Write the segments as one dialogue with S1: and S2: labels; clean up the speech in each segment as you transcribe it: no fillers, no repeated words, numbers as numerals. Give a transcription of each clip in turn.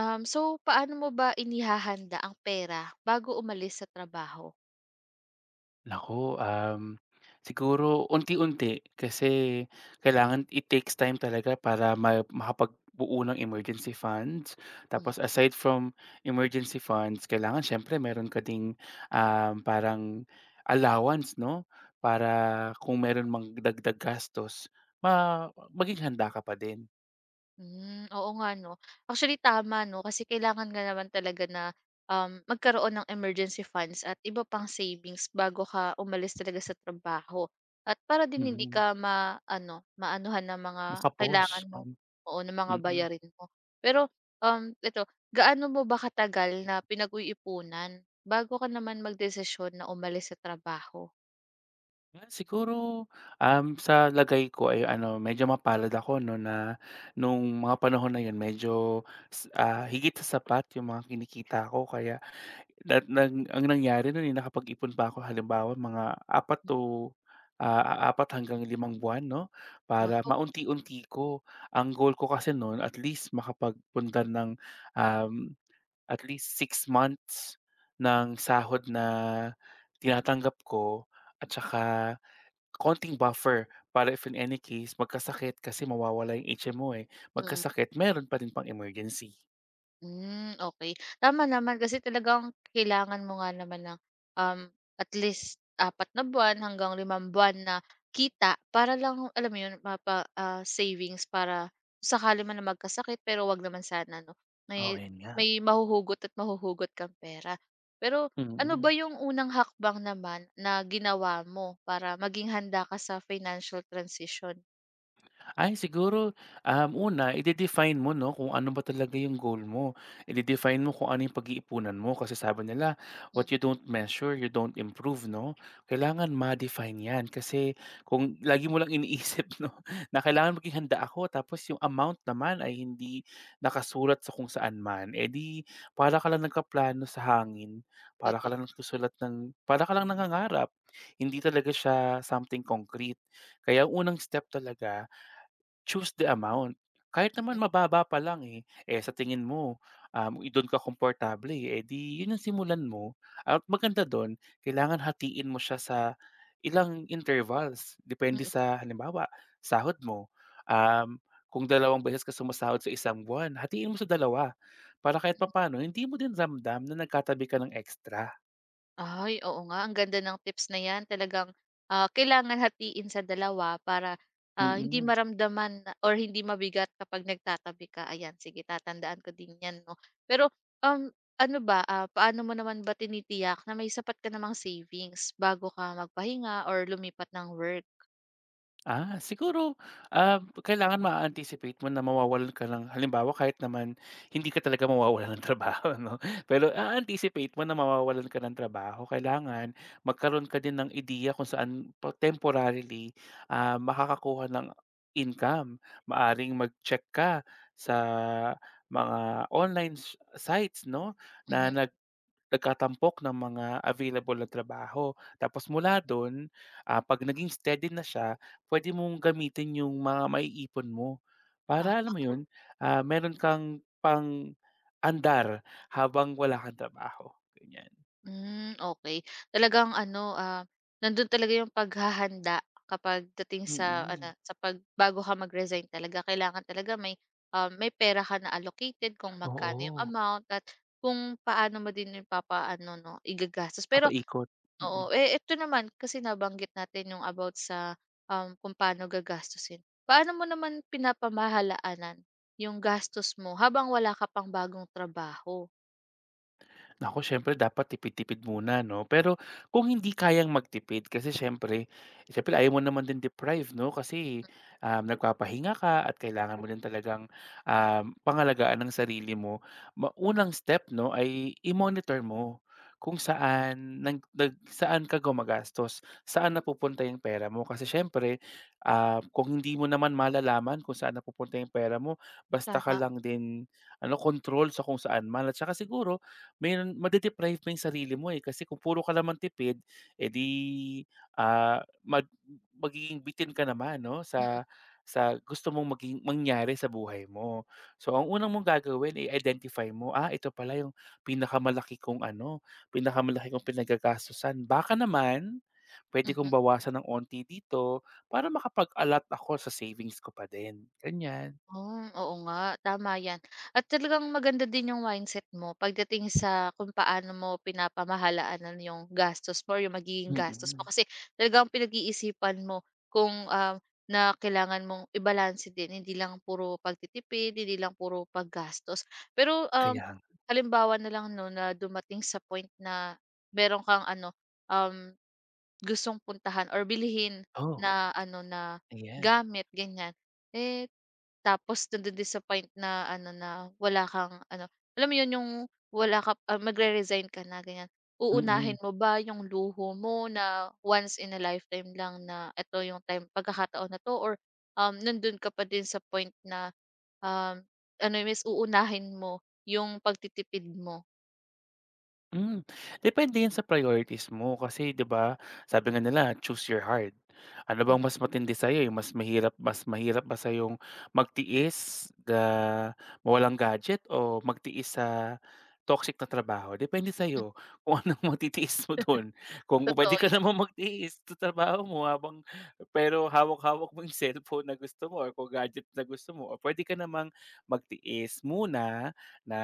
S1: So paano mo ba inihahanda ang pera bago umalis sa trabaho?
S2: Nako, siguro unti-unti kasi kailangan it takes time talaga para makapagbuo ng emergency funds. Tapos,
S1: Hmm,
S2: aside from emergency funds, kailangan siyempre meron ka ding, parang allowance 'no, para kung meron mang dagdag gastos ma maging handa ka pa din.
S1: hmm, oo nga 'no. Actually tama 'no, kasi kailangan nga naman talaga na, magkaroon ng emergency funds at iba pang savings bago ka umalis talaga sa trabaho. At para din hindi
S2: Mhm.
S1: ka ma-ano, maanuhan ng mga
S2: Makapos,
S1: kailangan mo, o ng mga
S2: mm.
S1: bayarin mo. Pero, eto, gaano mo ba katagal na pinag-uiipunan bago ka naman magdesisyon na umalis sa trabaho?
S2: Ah, siguro, sa lagay ko ay ano, medyo mapalad ako 'no na nung mga panahon na yun medyo higit sa sapat yung mga kinikita ko kaya lahat ng ang nangyari nun, eh, nakapag-ipon pa ako halimbawa mga apat to, 4 hanggang limang buwan 'no,
S1: Wow,
S2: para maunti-unti ko. Ang goal ko kasi nun at least makapagpunta ng, um, at least 6 months ng sahod na tinatanggap ko at saka konting buffer para if in any case magkasakit kasi mawawala yung HMO, eh,
S1: mm.
S2: magkasakit meron pa rin pang emergency.
S1: Hmm, okay. Tama naman kasi talagang kailangan mo nga naman ng, at least 4 na buwan hanggang 5 buwan na kita para lang, alam mo 'yun, mapa savings para sakali man na magkasakit pero 'wag naman sana 'no,
S2: Oo,
S1: may
S2: yun nga.
S1: may mahuhugot at mahuhugot kang pera. Pero ano ba
S2: Mm.
S1: yung unang hakbang naman na ginawa mo para maging handa ka sa financial transition?
S2: Ay, siguro, una ide-define mo 'no kung ano ba talaga yung goal mo. Ide-define mo kung ano yung pag-iipunan mo kasi sabi nila, "What
S1: Hmm,
S2: you don't measure, you don't improve," 'no? Kailangan ma-define 'yan kasi kung lagi mo lang iniisip 'no, na
S1: hmm,
S2: kailangan maging handa ako tapos yung amount naman ay hindi nakasulat sa kung saan man, eh, di para ka lang nagkaplano sa hangin,
S1: toto
S2: para ka lang nangangarap. Hindi talaga siya something concrete. Kaya ang unang step talaga, choose the amount. Kahit naman
S1: mm,
S2: mababa pa lang, eh, sa tingin mo, dun ka komportable, eh, 'di yun ang simulan mo at maganda dun kailangan hatiin mo siya sa ilang intervals depende
S1: mm.
S2: sa halimbawa sahod mo, um, kung dalawang beses ka sumasahod sa isang buwan, hatiin mo sa dalawa para kahit papaano hindi mo din ramdam na nagkatabi ka ng extra.
S1: Ay, oo nga ang ganda ng tips na 'yan talagang, kailangan hatiin sa dalawa para,
S2: Mm.
S1: hindi
S2: Mm.
S1: maramdaman na or hindi mabigat kapag nagtatabi ka. Ayan sige tatandaan ko din 'yan 'no. Pero, ano ba, paano mo naman ba tinitiyak na may sapat ka namang savings bago ka magpahinga or lumipat ng work?
S2: Ah, siguro, kailangan anticipate mo na mawawalan ka ng halimbawa kahit naman hindi ka talaga mawawalan ng trabaho 'no, pero a-anticipate mo na mawawalan ka ng trabaho. Kailangan magkaroon ka din ng ideya kung saan po temporarily, makakakuha ng income. Maaring mag-check ka sa mga online sites 'no, na
S1: Mhm.
S2: nagkatampok ng mga available na trabaho. Tapos mula dun, 'pag naging steady na siya, puwede mong gamitin yung mga maiipon mo. Para alam mo yun, meron kang pang-andar habang wala kang trabaho, ganyan.
S1: Hmm, okay. Talagang ano, nandun talaga yung paghahanda kapag dating sa
S2: Mm.
S1: ano, sa 'pag bago ka mag-resign talaga kailangan talaga may, may pera ka na allocated kung magkano yung
S2: Oo,
S1: amount at kung paano mo din yun papaano 'no, igagastos. Pero
S2: papaikot. Mm.
S1: oo, eh, ito naman kasi nabanggit natin yung about sa, kung paano gagastusin. Paano mo naman pinapamahalaanan yung gastos mo habang wala ka pang bagong trabaho?
S2: Naku, siyempre dapat tipid-tipid muna 'no. Pero kung hindi kayang magtipid kasi siyempre siyempre ayaw mo naman din deprive 'no, kasi, nagpapahinga ka at kailangan mo din talagang, pangalagaan ng sarili mo. Unang step 'no ay i-monitor mo kung saan nag nag saan ka gumagastos, saan napupunta yung pera mo. Kasi siyempre, kung hindi mo naman malalaman kung saan napupunta yung pera mo, basta ka
S1: Tama,
S2: lang din ano, control sa kung saan man. At saka siguro meron made-deprive mo yung sarili mo, eh, kasi kung puro ka naman tipid, eh, ah, mag magiging bitin ka naman 'no
S1: mm,
S2: sa gusto mong maging mangyari sa buhay mo. So, ang unang mong gagawin ay identify mo, "Ah, ito pala yung pinakamalaki kong ano, pinakamalaki kong pinagagastusan. Baka naman pwede
S1: hmm.
S2: kong bawasan ng onti dito para makapag-allot ako sa savings ko pa din." Ganyan.
S1: Hmm, oo nga, tama 'yan. At talagang maganda din yung mindset mo pagdating sa kung paano mo pinapamahalaanan yung gastos mo or yung magiging gastos
S2: Mm.
S1: mo kasi talagang pinag-iisipan mo kung, na kailangan mong ibalanse din, hindi lang puro pagtitipid, hindi lang puro paggastos. Pero,
S2: Kaya nga.
S1: halimbawa na lang 'no na dumating sa point na meron kang ano, um, gustong puntahan or bilhin
S2: Oh,
S1: na ano, na
S2: ayan.
S1: gamit, ganyan, eh tapos nade-disappoint na ano na wala kang ano, alam mo 'yun yung wala ka magre-resign ka na ganyan.
S2: Mm.
S1: Uunahin mo ba yung luho mo na once in a lifetime lang na ito yung time pagkakataon na 'to or, nandun ka pa din sa point na, um, ano yung mas uunahin mo yung pagtitipid mo.
S2: Hmm, depende yan sa priorities mo kasi 'di ba, sabi nga nila choose your heart. Ano
S1: Mm,
S2: bang mas matindi sa'yo, eh, mas mahirap ba sa yung magtiis na mawalang gadget o magtiis sa toxic na trabaho? Depende sa
S1: mm.
S2: iyo kung anong matitiis mo dun. Kung puwede
S1: Totoo
S2: ka
S1: 'yun.
S2: namang magtiis sa trabaho mo pero hawak-hawak mo yung cellphone na gusto mo or kung gadget na gusto mo or puwede ka namang magtiis muna na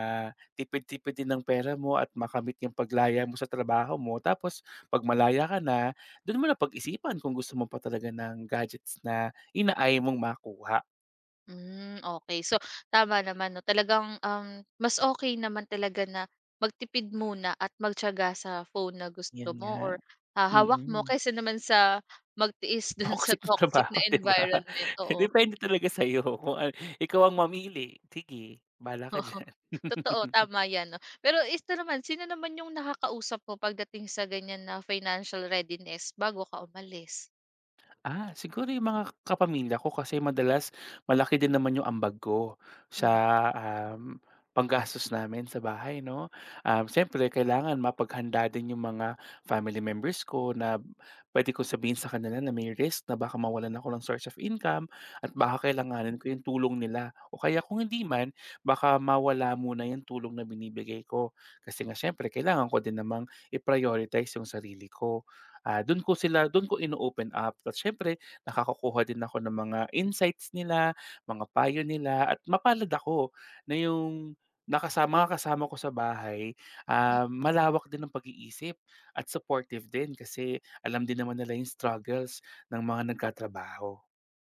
S2: tipid-tipid din ng pera mo at makamit yung paglaya mo sa trabaho mo. Tapos 'pag malaya ka na, dun mo na pag-isipan kung gusto mo pa talaga ng gadgets na inaaya mong makuha.
S1: Hmm, okay. So, tama naman 'no, talagang, mas okay naman talaga na magtipid muna at magtiyaga sa phone na gusto
S2: Yan nga.
S1: mo or, hawak mo
S2: Mm.
S1: kaysa naman sa magtiis dun sa
S2: Toxic na
S1: toxic
S2: trabaho
S1: na
S2: 'di ba?
S1: environment, oo.
S2: Depende talaga sa'yo kung ano, ikaw ang mamili, sige bahala ka
S1: Oo,
S2: diyan.
S1: totoo, tama 'yan 'no. Pero ito naman, sino naman yung nakakausap mo pagdating sa ganiyan na financial readiness bago ka umalis?
S2: Ah, siguro yung mga kapamilya ko kasi madalas malaki din naman yung ambag ko sa,
S1: Mhm,
S2: um, panggastos namin sa bahay 'no. Siyempre kailangan mapaghanda din yung mga family members ko na puwede ko sabihin sa kanila na may risk na baka mawalan ako ng source of income at
S1: mhm.
S2: baka kailanganin ko yung tulong nila o kaya kung hindi man, baka mawala muna yung tulong na binibigay ko. Kasi nga siyempre kailangan ko din namang i-prioritize yung sarili ko. Ah, do'n ko ino-open up at siyempre nakakakuha din ako ng mga insights nila, mga payo nila at mapalad ako na yung nakasama mga kasama ko sa bahay, malawak din ang pag-iisip at supportive din kasi alam din naman nila yung struggles ng mga nagtatrabaho.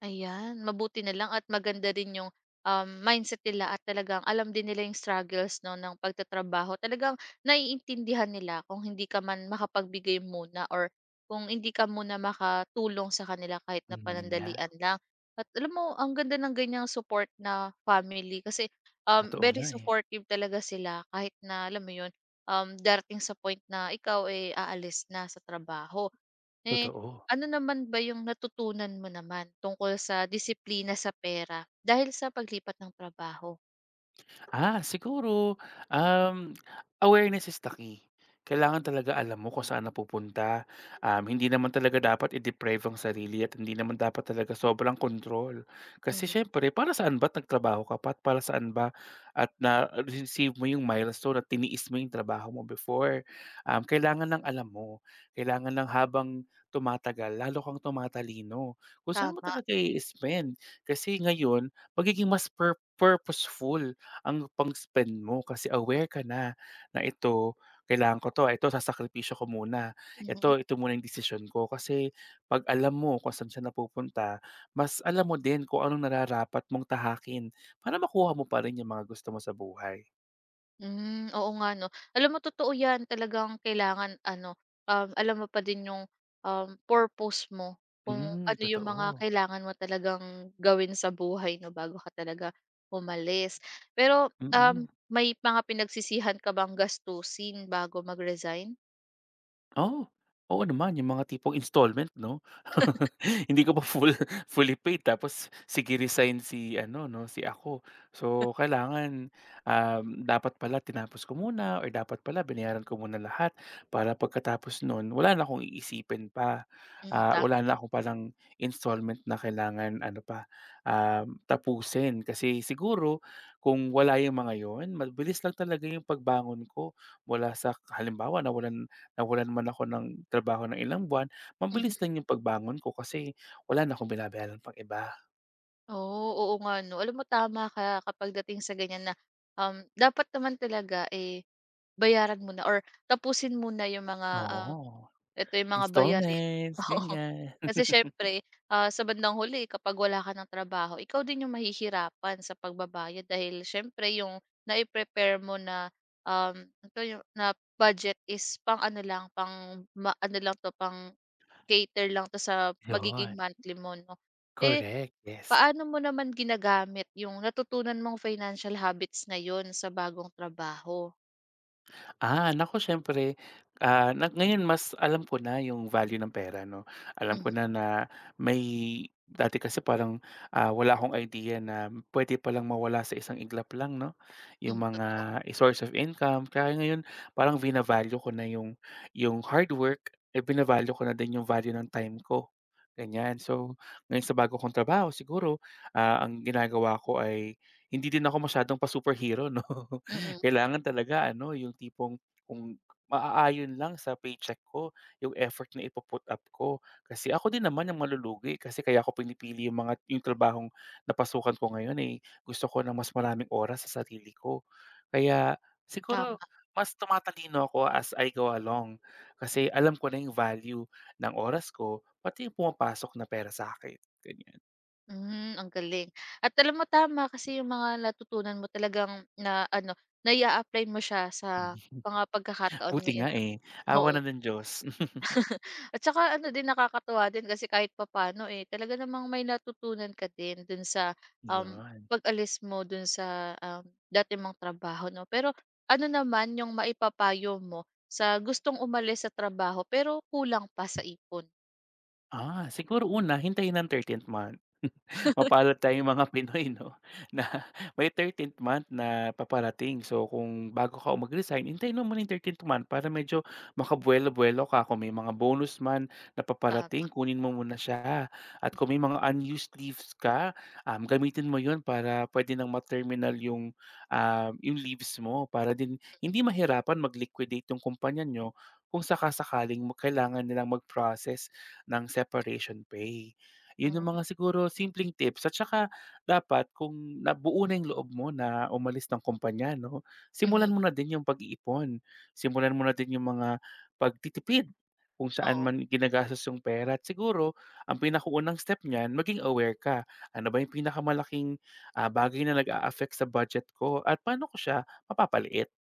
S1: Ayan, mabuti na lang at maganda rin yung, mindset nila at talagang alam din nila yung struggles 'no ng pagtatrabaho. Talagang naiintindihan nila kung hindi ka man makapagbigay muna or kung hindi ka muna makatulong sa kanila kahit na
S2: Yun. Mhm. Nga,
S1: panandalian lang. At alam mo ang ganda ng ganyang support na family kasi,
S2: totoo
S1: very
S2: nga eh.
S1: supportive talaga sila kahit na alam mo yun, darating sa point na ikaw, ay aalis na sa trabaho. Eh,
S2: Totoo.
S1: ano naman ba yung natutunan mo naman tungkol sa disiplina sa pera dahil sa paglipat ng trabaho?
S2: Ah, siguro, um, awareness is the key. Kailangan talaga alam mo kung saan napupunta. Hindi naman talaga dapat i-deprive ang sarili at hindi naman dapat talaga sobrang control. Kasi
S1: Mhm,
S2: syempre, para saan ba nagtrabaho ka pa at para saan ba at na-receive mo yung milestone at tiniis mo yung trabaho mo before. Kailangan ng alam mo. Kailangan ng habang tumatagal, lalo kang tumatalino. Kung saan mo
S1: tama,
S2: talaga i-spend. Kasi ngayon, magiging mas purposeful ang pang-spend mo kasi aware ka na na ito kailangan ko 'to, ah, ito sasakripisyo ko muna,
S1: mhm.
S2: ito ito muna yung desisyon ko. Kasi 'pag alam mo kung saan siya napupunta, mas alam mo din kung anong nararapat mong tahakin para makuha mo pa rin yung mga gusto mo sa buhay.
S1: Hmm, oo nga 'no. Alam mo totoo 'yan, talagang kailangan ano, alam mo pa din yung, purpose mo kung
S2: Hmm,
S1: ano yung
S2: totoo.
S1: mga kailangan mo talagang gawin sa buhay 'no, bago ka talaga umalis. Pero,
S2: Mm.
S1: may mga pinagsisihan ka bang gastusin bago mag-resign?
S2: Oo. Oo naman, yung mga tipong installment 'no? Hindi ko pa full fully paid tapos sige-resign si ano 'no, si ako. So, kailangan, dapat pala tinapos ko muna or dapat pala binayaran ko muna lahat para pagkatapos nun wala na akong iisipin pa.
S1: Hmm,
S2: Ah, wala na akong palang installment na kailangan ano pa, tapusin. Kasi siguro kung wala yung mga yun, mabilis lang talaga yung pagbangon ko mula sa halimbawa nawalan nawalan man ako ng trabaho ng ilang buwan, mabilis
S1: mhm.
S2: lang yung pagbangon ko kasi wala na akong binabayaran pang iba.
S1: Oo, oo nga 'no. Alam mo tama ka kapag dating sa ganyan na, dapat naman talaga, eh, bayaran muna or tapusin muna yung mga,
S2: Oo,
S1: eto yung mga bayarin.
S2: installments,
S1: Oo.
S2: ganyan.
S1: Kasi siyempre, sa bandang huli kapag wala ka ng trabaho, ikaw din yung mahihirapan sa pagbabayad dahil siyempre yung nai-prepare mo na, ito yung na budget is pang ano lang, pang ma ano lang 'to, pang cater lang 'to sa magiging
S2: Yun,
S1: monthly mo 'no. Eh
S2: correct, yes.
S1: paano mo naman ginagamit yung natutunan mong financial habits ngayon sa bagong trabaho?
S2: Ah, nako siyempre, ngayon mas alam ko na yung value ng pera 'no. Alam ko
S1: Mhm,
S2: na na may dati kasi parang, wala akong idea na puwede palang mawala sa isang iglap lang 'no, yung
S1: hmm, totoo.
S2: mga source of income. Kaya ngayon parang vina-value ko na yung hard work, eh, bina ko na din yung value ng time ko, ganyan. So, ngayon sa bago kong trabaho siguro, ang ginagawa ko ay hindi din ako masyadong pa-superhero 'no.
S1: Mm,
S2: Kailangan talaga ano, yung tipong kung maaayon lang sa paycheck ko yung effort na ipu-put up ko. Kasi ako din naman ang malulugi kasi kaya ako pinipili yung trabahong napasukan ko ngayon, eh, gusto ko ng mas maraming oras sa sarili ko. Kaya
S1: tama.
S2: siguro mas tumatalino ako as I go along kasi alam ko na yung value ng oras ko, pati yung pumapasok na pera sa'kin, ganyan.
S1: Hmm, ang galing. At alam mo tama kasi yung mga natutunan mo talagang na ano, na apply mo siya sa mga pagkakataon
S2: Buti nga,
S1: ngayon 'no?
S2: eh, awa
S1: Oo.
S2: na ng Diyos.
S1: At saka ano din, nakakatuwa din kasi kahit papaano, eh, talaga namang may natutunan ka din dun sa, um,
S2: Yun.
S1: pag-alis mo dun sa, dati mong trabaho 'no. Pero ano naman yung maipapayo mo sa gustong umalis sa trabaho pero kulang pa sa ipon?
S2: Ah, siguro una hintayin ang 13th month. Mapalad tayong mga Pinoy 'no, na may 13th month na paparating. So, kung bago ka mag-resign hintayin mo muna yung 13th month para medyo makabuwelo buelo ka. Kung may mga bonus man na
S1: Tama,
S2: paparating kunin mo muna siya at kung may mga unused leaves ka, gamitin mo yun para pwede nang ma-terminal yung leaves mo para din hindi mahirapan mag-liquidate yung kumpanya niyo kung saka-sakaling kailangan nilang mag-process ng separation pay. Yun yung
S1: hmm,
S2: mga siguro simpleng tips at saka dapat kung nabuo na yung loob mo na umalis ng kumpanya 'no,
S1: mhm,
S2: simulan mo na din yung pag-iipon. Simulan mo na din yung mga pagtitipid kung saan
S1: oo.
S2: man ginagastos yung pera at siguro ang pinakaunang step niyan maging aware ka. Ano ba yung pinakamalaking, bagay na nag-a-affect sa budget ko at paano ko siya mapapaliit?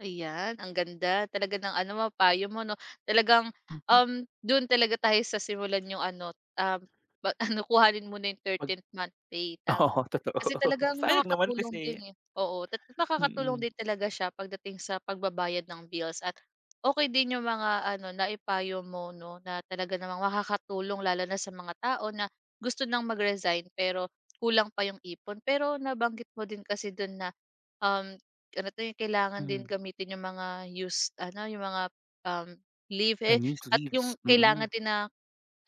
S1: Ayan, ang ganda talaga ng ano mo, payo mo 'no. Talagang,
S2: Mhm.
S1: do'n talaga tayo sa simulan yung ano, ba ano kuhanin muna yung
S2: Pag
S1: 13th month pay, tama.
S2: Oo, totoo.
S1: Kasi talagang
S2: Sayang naman
S1: nakakatulong
S2: kasi.
S1: din, eh, oo, at nakakatulong
S2: Mm-mm.
S1: din talaga siya pagdating sa pagbabayad ng bills at okay din yung mga ano, naipayo mo 'no, na talaga namang makakatulong lalo na sa mga tao na gusto nang mag-resign pero kulang pa yung ipon. Pero nabanggit mo din kasi do'n na, um ano 'to, eh,
S2: Mm,
S1: kailangan
S2: hmm.
S1: din gamitin yung mga used ano, yung mga, um, leave, eh,
S2: And news
S1: at
S2: leaves,
S1: yung kailangan
S2: mm.
S1: din na,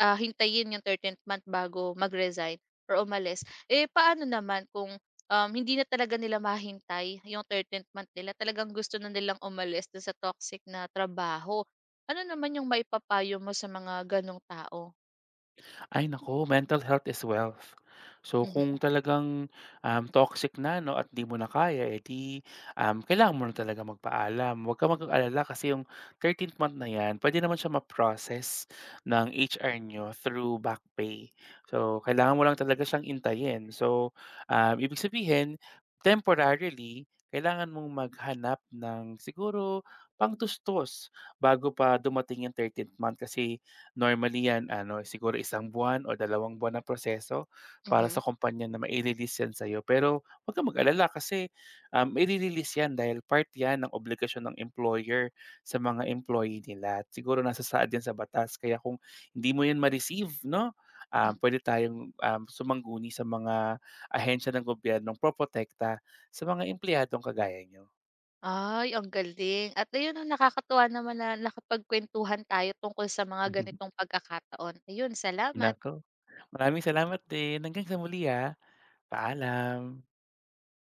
S1: hintayin yung 13th month bago mag-resign or umalis. Eh, paano naman kung, hindi na talaga nila mahintay yung 13th month nila, talagang gusto na nilang umalis dun sa toxic na trabaho. Ano naman yung maipapayo mo sa mga ganong tao?
S2: Ay, naku, mental health is wealth. So
S1: Mhm,
S2: kung talagang, toxic na 'no at 'di mo na kaya, eh, di, kailangan mo na talaga magpaalam. Huwag ka mag-alala kasi yung 13th month na 'yan puwede naman siya ma-process ng HR nyo through back pay. So kailangan mo lang talaga siyang hintayin. So, ibig sabihin temporarily kailangan mong maghanap ng siguro pangtustos bago pa dumating yung 13th month kasi normally 'yan ano, siguro isang buwan o dalawang buwan na proseso para sa
S1: mhm.
S2: kumpanya na maire-release 'yan sa'yo. Pero 'wag kang mag-alala kasi, maire-release 'yan dahil part 'yan ng obligasyon ng employer sa mga employee nila at siguro nasasaad 'yan sa batas. Kaya kung hindi mo 'yan ma-receive 'no,
S1: Mm.
S2: pwede tayong, sumangguni sa mga ahensya ng gobyernong proprotekta sa mga empleyadong kagaya nyo.
S1: Ay, ang galing at ayun 'no, nakakatuwa naman na nakapagkuwentuhan tayo tungkol sa mga ganitong pagkakataon. Ayun, salamat.
S2: Nako, maraming salamat din. Hanggang sa muli, ah. Paalam.